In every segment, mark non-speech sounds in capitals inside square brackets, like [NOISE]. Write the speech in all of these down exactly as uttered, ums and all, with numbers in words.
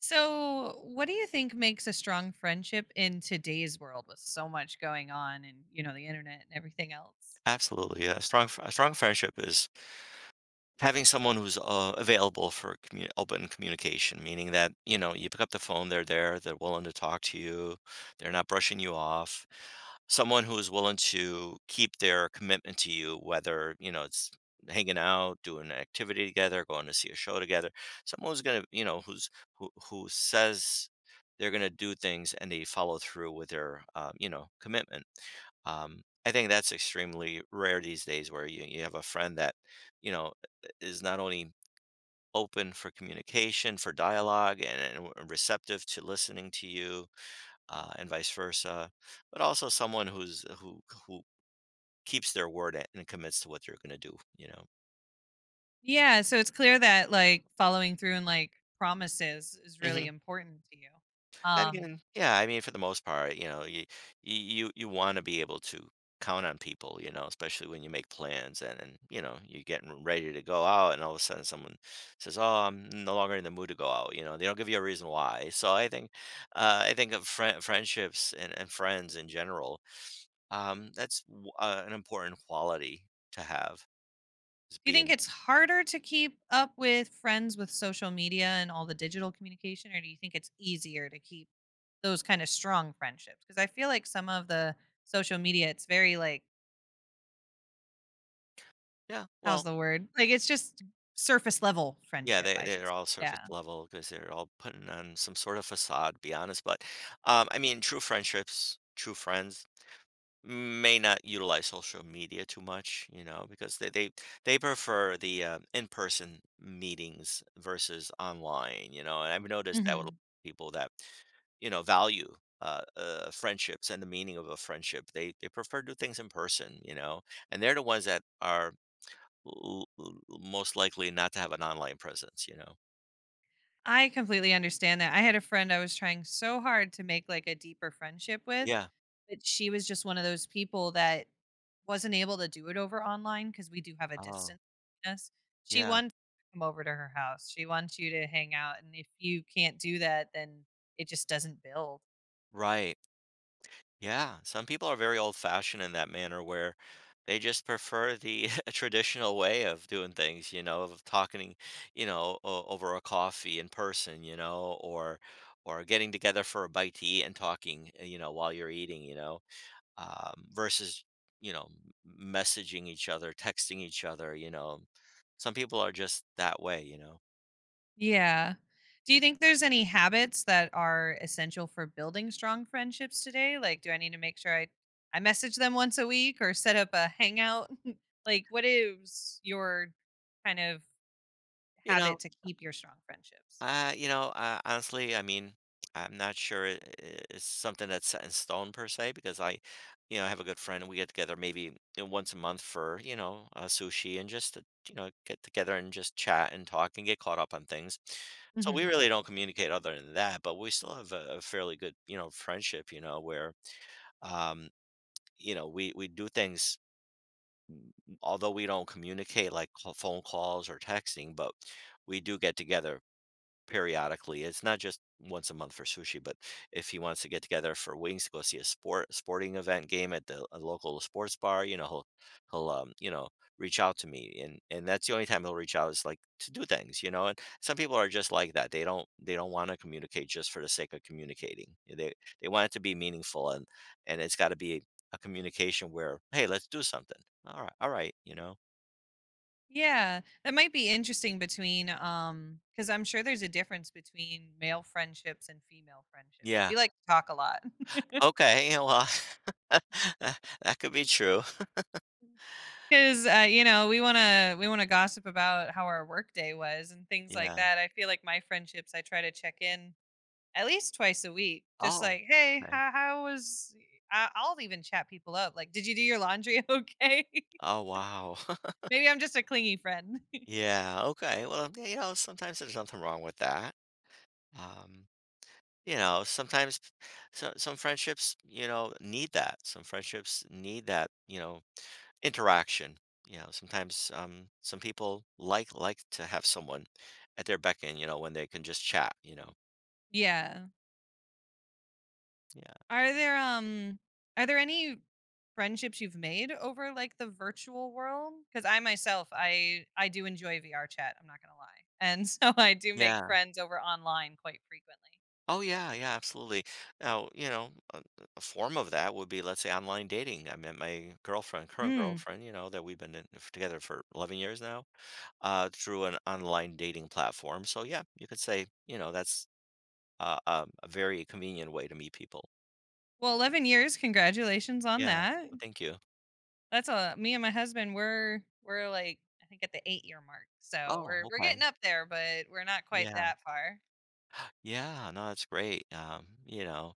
So, what do you think makes a strong friendship in today's world with so much going on and, you know, the internet and everything else? Absolutely, yeah, a strong fr- a strong friendship is having someone who's, uh, available for commu open communication, meaning that, you know, you pick up the phone, they're there, they're willing to talk to you, they're not brushing you off. Someone who is willing to keep their commitment to you, whether, you know, it's hanging out, doing an activity together, going to see a show together. Someone who's gonna, you know, who's who who says they're gonna do things and they follow through with their, um, you know, commitment. Um, I think that's extremely rare these days where you you have a friend that, you know, is not only open for communication, for dialogue, and, and receptive to listening to you, uh, and vice versa, but also someone who's who who keeps their word and commits to what they're going to do. You know. Yeah. So, it's clear that like following through and like promises is really Mhm. important to you. I Um, mean, yeah, I mean, for the most part, you know, you you you, you want to be able to count on people, you know, especially when you make plans and, and you know you're getting ready to go out, and all of a sudden someone says, "Oh, I'm no longer in the mood to go out," you know, they don't give you a reason why. So I think, uh, I think of fri friendships and, and friends in general, um, that's w- uh, an important quality to have is do you think being, it's harder to keep up with friends with social media and all the digital communication, or do you think it's easier to keep those kind of strong friendships? Because I feel like some of the social media, it's very like yeah, How's well, the word? Like, it's just surface level yeah, friendship, they I should they're say. all Yeah. surface level because they're all putting on some sort of facade, be honest. But um, I mean, true friendships, true friends may not utilize social media too much, you know, because they they they prefer the uh, in-person meetings versus online, you know. And I've noticed that with a lot Mhm. of people that, you know, value uh, uh friendships and the meaning of a friendship. They they prefer to do things in person, you know, and they're the ones that are l- l- most likely not to have an online presence, you know. I completely understand that. I had a friend I was trying so hard to make, like, a deeper friendship with, Yeah. but she was just one of those people that wasn't able to do it over online because we do have a Oh, distance between us. She yeah. wants you to come over to her house. She wants you to hang out, and if you can't do that, then it just doesn't build. Right. Yeah, some people are very old fashioned in that manner where they just prefer the [LAUGHS] traditional way of doing things, you know, of talking, you know, o- over a coffee in person, you know, or or getting together for a bite to eat and talking, uh, you know, while you're eating, you know, um, versus, you know, m- messaging each other, texting each other, you know. Some people are just that way, you know. Yeah. Do you think there's any habits that are essential for building strong friendships today? Like, do I need to make sure I I message them once a week or set up a hangout? [LAUGHS] Like, what is your kind of You know, habit to keep your strong friendships? Uh, you know, uh, honestly, I mean, I'm not sure it, i- it's something that's set in stone per se because I, you know, I have a good friend and we get together maybe uh, once a month for, you know, uh, sushi and just, to, you know, get together and just chat and talk and get caught up on things. So we Hmm. really don't communicate other than that, but we still have a, a fairly good, you know, friendship, you know, where, um, you know, we we do things although we don't communicate like call- phone calls or texting, but we do get together periodically. It's not just once a month for sushi, but if he wants to get together for wings to go see a sport sporting event game at the a local sports bar, you know, he'll he'll um, you know, reach out to me and and that's the only time he'll reach out, is like to do things, you know. And some people are just like that. They don't they don't want to communicate just for the sake of communicating. They they want it to be meaningful, and and it's got to be a communication where, "Hey, let's do something." All right. All right, you know. Yeah, that might be interesting between um because I'm sure there's a difference between male friendships and female friendships. Yeah. We like to talk a lot. [LAUGHS] Okay, yeah. Well, [LAUGHS] that could be true. Because uh, you know we want to we want to gossip about how our work day was and things like Yeah. that. I feel like my friendships, I try to check in at least twice a week just Oh, like, "Hey, okay. how, how was I," I'll even chat people up like, "Did you do your laundry?" [LAUGHS] Okay. [LAUGHS] Oh, wow. [LAUGHS] Maybe I'm just a clingy friend. Yeah, okay. Well, yeah, you know, sometimes there's nothing wrong with that. Um, you know, sometimes p- so, some friendships, you know, need that. Some friendships need that, you know, interaction. You know, sometimes um some people like like to have someone at their beck and, you know, when they can just chat, you know. [LAUGHS] Yeah, Yeah. are there um are there any friendships you've made over like the virtual world? Because I myself, i i do enjoy VR chat, I'm not gonna lie. And [LAUGHS] so I do make Yeah. friends over online quite frequently. Oh yeah, yeah, absolutely. Now, you know, a, a form of that would be, let's say, online dating. I met my girlfriend, current girlfriend, you know, that we've been in, together for eleven years now, uh, through an online dating platform. So yeah, you could say, you know, that's uh, um, a very convenient way to meet people. Well, eleven years. Congratulations on Yeah. that. Well, thank you. That's a me and my husband, we're we're like I think at the eight year mark. So, Oh, we're we're getting okay. up there, but we're not quite Yeah. that far. Yeah. No, that's great. Um, you know,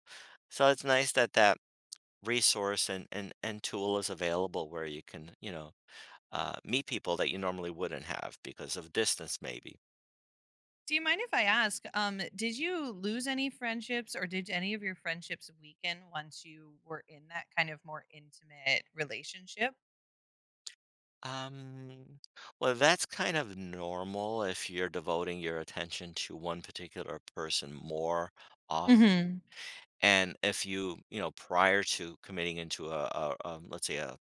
so it's nice that that resource and and and tool is available where you can, you know, uh, meet people that you normally wouldn't have because of distance, maybe. Do you mind if I ask, um, did you lose any friendships or did any of your friendships weaken once you were in that kind of more intimate relationship? Um, well, that's kind of normal if you're devoting your attention to one particular person more off. Mhm. And if you, you know, prior to committing into a, a, um, let's say a,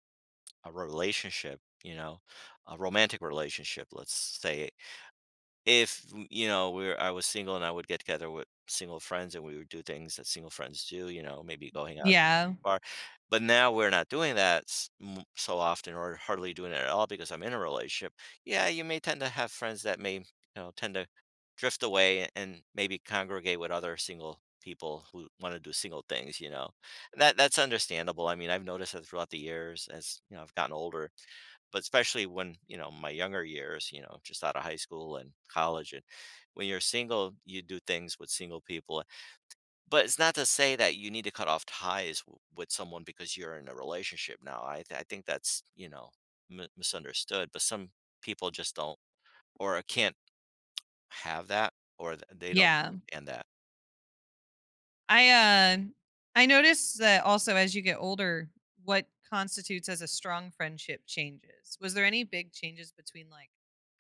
a relationship, you know, a romantic relationship, let's say, if, w- you know, we're, I was single and I would get together with single friends and we would do things that single friends do, you know, maybe going out Yeah. far. But now we're not doing that s- m- so often or hardly doing it at all because I'm in a relationship. Yeah, you may tend to have friends that may, you know, tend to drift away and maybe congregate with other single people who want to do single things, you know. And That that's understandable. I mean, I've noticed that throughout the years as, you know, I've gotten older, but especially when, you know, my younger years, you know, just out of high school and college, and when you're single, you do things with single people, but it's not to say that you need to cut off ties w- with someone because you're in a relationship now. I th- I think that's, you know, mi- misunderstood. But some people just don't, or uh, can't have that, or th- they don't Yeah. understand that. I uh I noticed that also as you get older, what constitutes as a strong friendship changes. Was there any big changes between like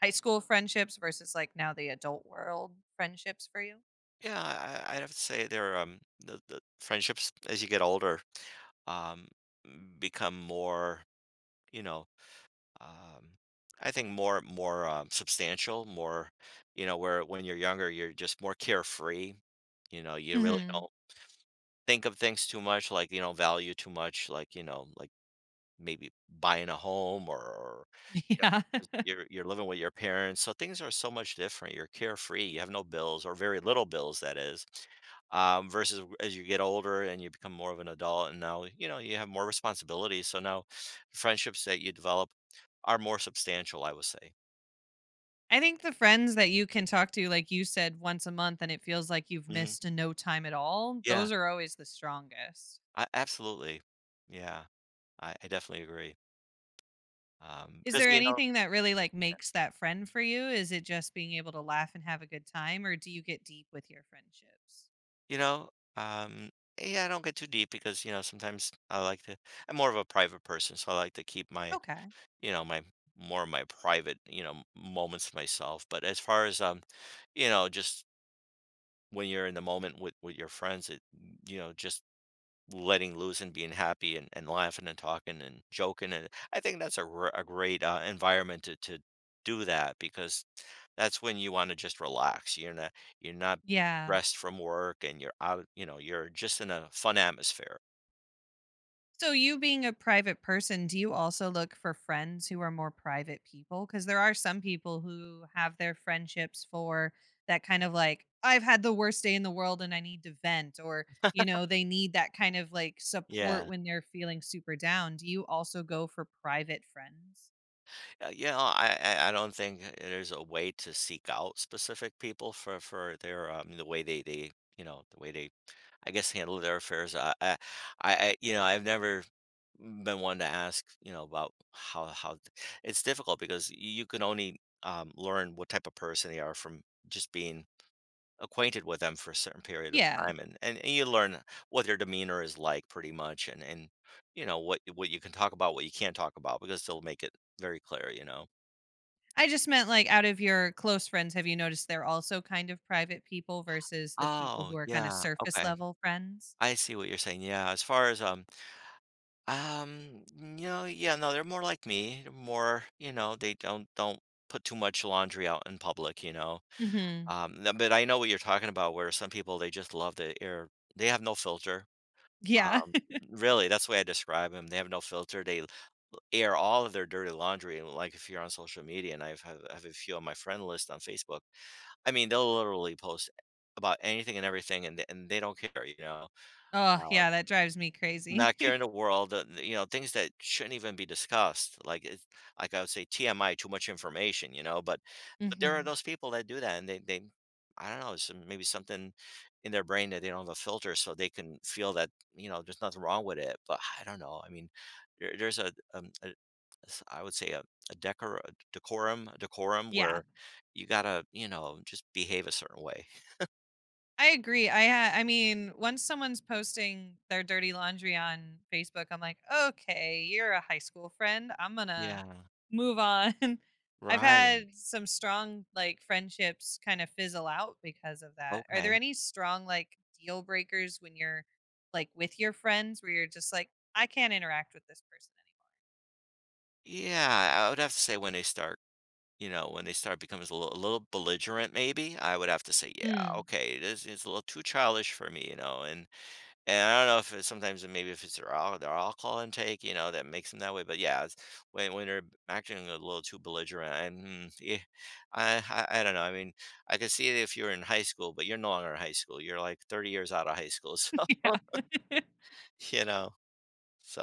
high school friendships versus like now the adult world friendships for you? Yeah, I, I'd have to say they're um the, the friendships as you get older, um m- become more, you know, um I think more more um, substantial, more, you know, where when you're younger you're just more carefree, you know, you really Hmm. don't think of things too much, like, you know, value too much, like, you know, like maybe buying a home, or, or you know, Yeah. 'cause [LAUGHS] you're you're living with your parents. So things are so much different. You're carefree. You have no bills, or very little bills, that is. Um, versus w- as you get older and you become more of an adult and now, you know, you have more responsibilities. So now friendships that you develop are more substantial, I would say. I think the friends that you can talk to, like you said, once a month and it feels like you've Hmm. missed a no time at all, Yeah, those are always the strongest. I, absolutely. Yeah, I, I definitely agree. Um, Is because there you know. anything that really like makes that friend for you? Is it just being able to laugh and have a good time or do you get deep with your friendships? You know, um, yeah, I don't get too deep because, you know, sometimes I like to, I'm more of a private person, so I like to keep my, Okay. you know, my more of my private, you know, moments to myself. But as far as, um, you know, just when you're in the moment with with your friends, it, you know, just letting loose and being happy and, and laughing and talking and joking. And I think that's a, gr- a great uh, environment to, to do that, because that's when you wanna just relax. You're not you're not Yeah. stressed from work and you're out, you know, you're just in a fun atmosphere. So you being a private person, do you also look for friends who are more private people? Because there are some people who have their friendships for that kind of like, I've had the worst day in the world and I need to vent, or, you know, they need that kind of like support Yeah. when they're feeling super down. Do you also go for private friends? Uh, yeah, I I I don't think uh, there's a way to seek out specific people for for their, um the way they they you know, the way they, I guess, handle their affairs. I I I you know, I've never been one to ask, you know, about how how it's difficult because you can only, um, learn what type of person they are from just being acquainted with them for a certain period of Yeah. time, and, and and you learn what their demeanor is like, pretty much, and and you know what what you can talk about, what you can't talk about, because they'll make it very clear, you know. I just meant like out of your close friends, have you noticed they're also kind of private people versus the people Oh who are kind of yeah, surface okay, level friends? I see what you're saying. Yeah, as far as, um um you know, yeah, no, they're more like me. They're more, you know, they don't don't put too much laundry out in public, you know. Hmm. Um th- but I know what you're talking about, where some people, they just love the air. They have no filter. Yeah. um Really, that's the way I describe them. They have no filter. They air all of their dirty laundry, and like if you're on social media, and I've have, have have a few on my friend list on Facebook, I mean, they'll literally post about anything and everything, and they- and they don't care, you know. Oh, Um, yeah, that drives me Not care crazy. in the [LAUGHS] world, uh, you know, things that shouldn't even be discussed. Like it's like I would say T M I, too much information, you know, but but there are Mhm. those people that do that, and they they I don't know, it's maybe something in their brain that they don't have a filter, so they can feel that, you know, there's nothing wrong with it. But I don't know. I mean, there, there's a, um, a s- I would say a, a decor a decorum a decorum Yeah, where you gotta, you know, just behave a certain way. I agree. I ha I mean, once someone's posting their dirty laundry on Facebook, I'm like, "Okay, you're a high school friend. I'm gonna Yeah. move on." [LAUGHS] I've Right. had some strong, like, friendships kind of fizzle out because of that. Are there Okay. any strong, like, deal breakers when you're, like, with your friends where you're just like, "I can't interact with this person Yeah, I would have to say when they start. You know, when they start becoming a little, a little belligerent, maybe I would have to say, yeah, anymore?" okay, this is a little too childish for me, you know. And and I don't know if it's sometimes it- maybe if it's their al- their alcohol intake, you know, that makes them that way. But yeah, it's, when when they're acting a little too belligerent, and mm, yeah, I, I I don't know. I mean, I could see it if you're in high school, but you're no longer in high school. You're like thirty years out of high school, [LAUGHS] so Mm, [LAUGHS] yeah. [LAUGHS] you know,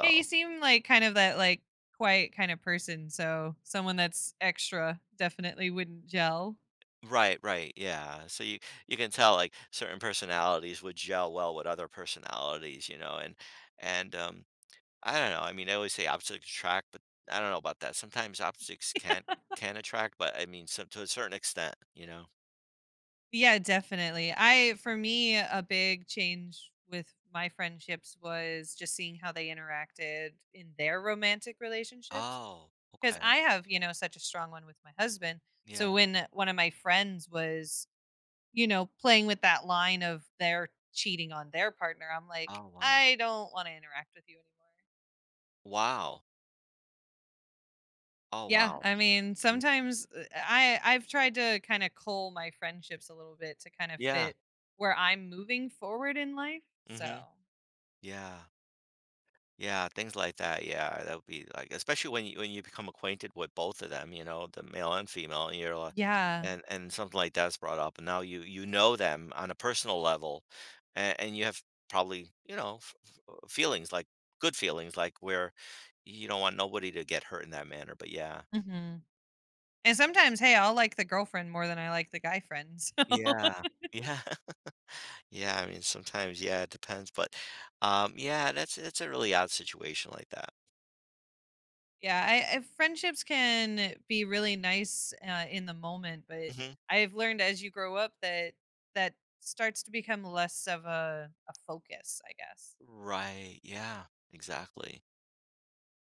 Yeah, you seem like kind of that like quiet kind of person, so someone that's extra definitely wouldn't gel. Right, right, yeah. So you you can tell like certain personalities would gel well with other personalities, you know, and and um I don't know. I mean, I always say opposites attract, but I don't know about that. Sometimes opposites can [LAUGHS] can attract, but I mean, some to a certain extent, you know. Yeah, definitely. I For me a big change with my friendships was just seeing how they interacted in their romantic relationships Oh, because okay. I have, you know, such a strong one with my husband. So Yeah. when one of my friends was, you know, playing with that line of they're cheating on their partner, I'm like, Oh, wow. I don't want to interact with you anymore. Wow. Oh, Yeah, wow. I mean, Mm. sometimes uh, I I've tried to kind of cull my friendships a little bit to kind of Yeah. fit where I'm moving forward in life. So Mhm. Yeah. Yeah, things like that. Yeah, that would be like, especially when you when you become acquainted with both of them, you know, the male and female, and you're like, yeah, and and something like that's brought up, and now you you know them on a personal level, and, and you have probably, you know, f- f- uh, feelings like good feelings, like, where you don't want nobody to get hurt in that manner. But yeah, hmm, and sometimes, hey, I'll like the girlfriend more than I like the guy friend. [LAUGHS] yeah, yeah, [LAUGHS] yeah. I mean, sometimes yeah, it depends, but um, yeah, that's it's a really odd situation like that. So yeah, I, I friendships can be really nice uh, in the moment, but Hmm I've learned as you grow up that that starts to become less of a a focus, I guess. Right. Yeah. Exactly.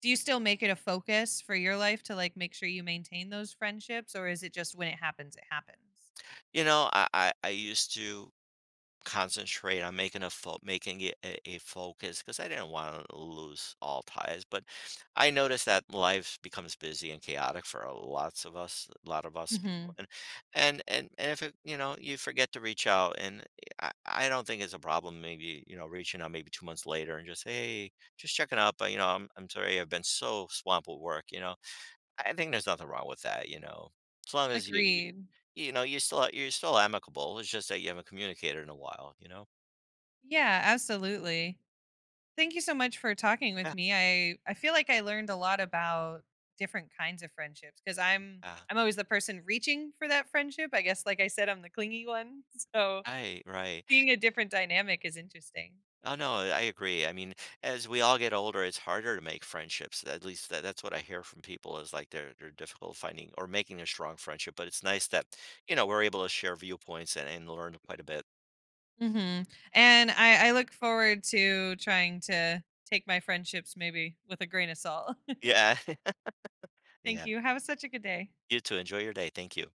Do you still make it a focus for your life to, like, make sure you maintain those friendships, or is it just when it happens, it happens? You know, I I, I used to concentrate on making a fo- making it a, a focus because I didn't want to lose all ties. But I noticed that life becomes busy and chaotic for a lots of us, a lot of us people, Mhm. and and and and if it, you know, you forget to reach out, and I I don't think it's a problem. Maybe, you know, reaching out maybe two months later and just hey, just checking up. uh, You know, I'm I'm sorry I've been so swamped with work. You know, I think there's nothing wrong with that. You know, as long as you Agreed. you know, you still you're still amicable, it's just that you haven't communicated in a while, you know? Yeah, absolutely. Thank you so much for talking with Yeah, me. I I feel like I learned a lot about different kinds of friendships because i 'cause I'm yeah. I'm always the person reaching for that friendship. I guess, like I said, I'm the clingy one. [LAUGHS] So, Right, right. seeing a different dynamic is interesting. Oh, no, I agree, I mean, as we all get older, it's harder to make friendships, at least that that's what I hear from people is, like, they're they're difficult finding or making a strong friendship, but it's nice that, you know, we're able to share viewpoints and and learn quite a bit. Mhm. And I I look forward to trying to take my friendships maybe with a grain of salt. Yeah. [LAUGHS] Thank Yeah. you. Have such a good day. You too, enjoy your day, thank you.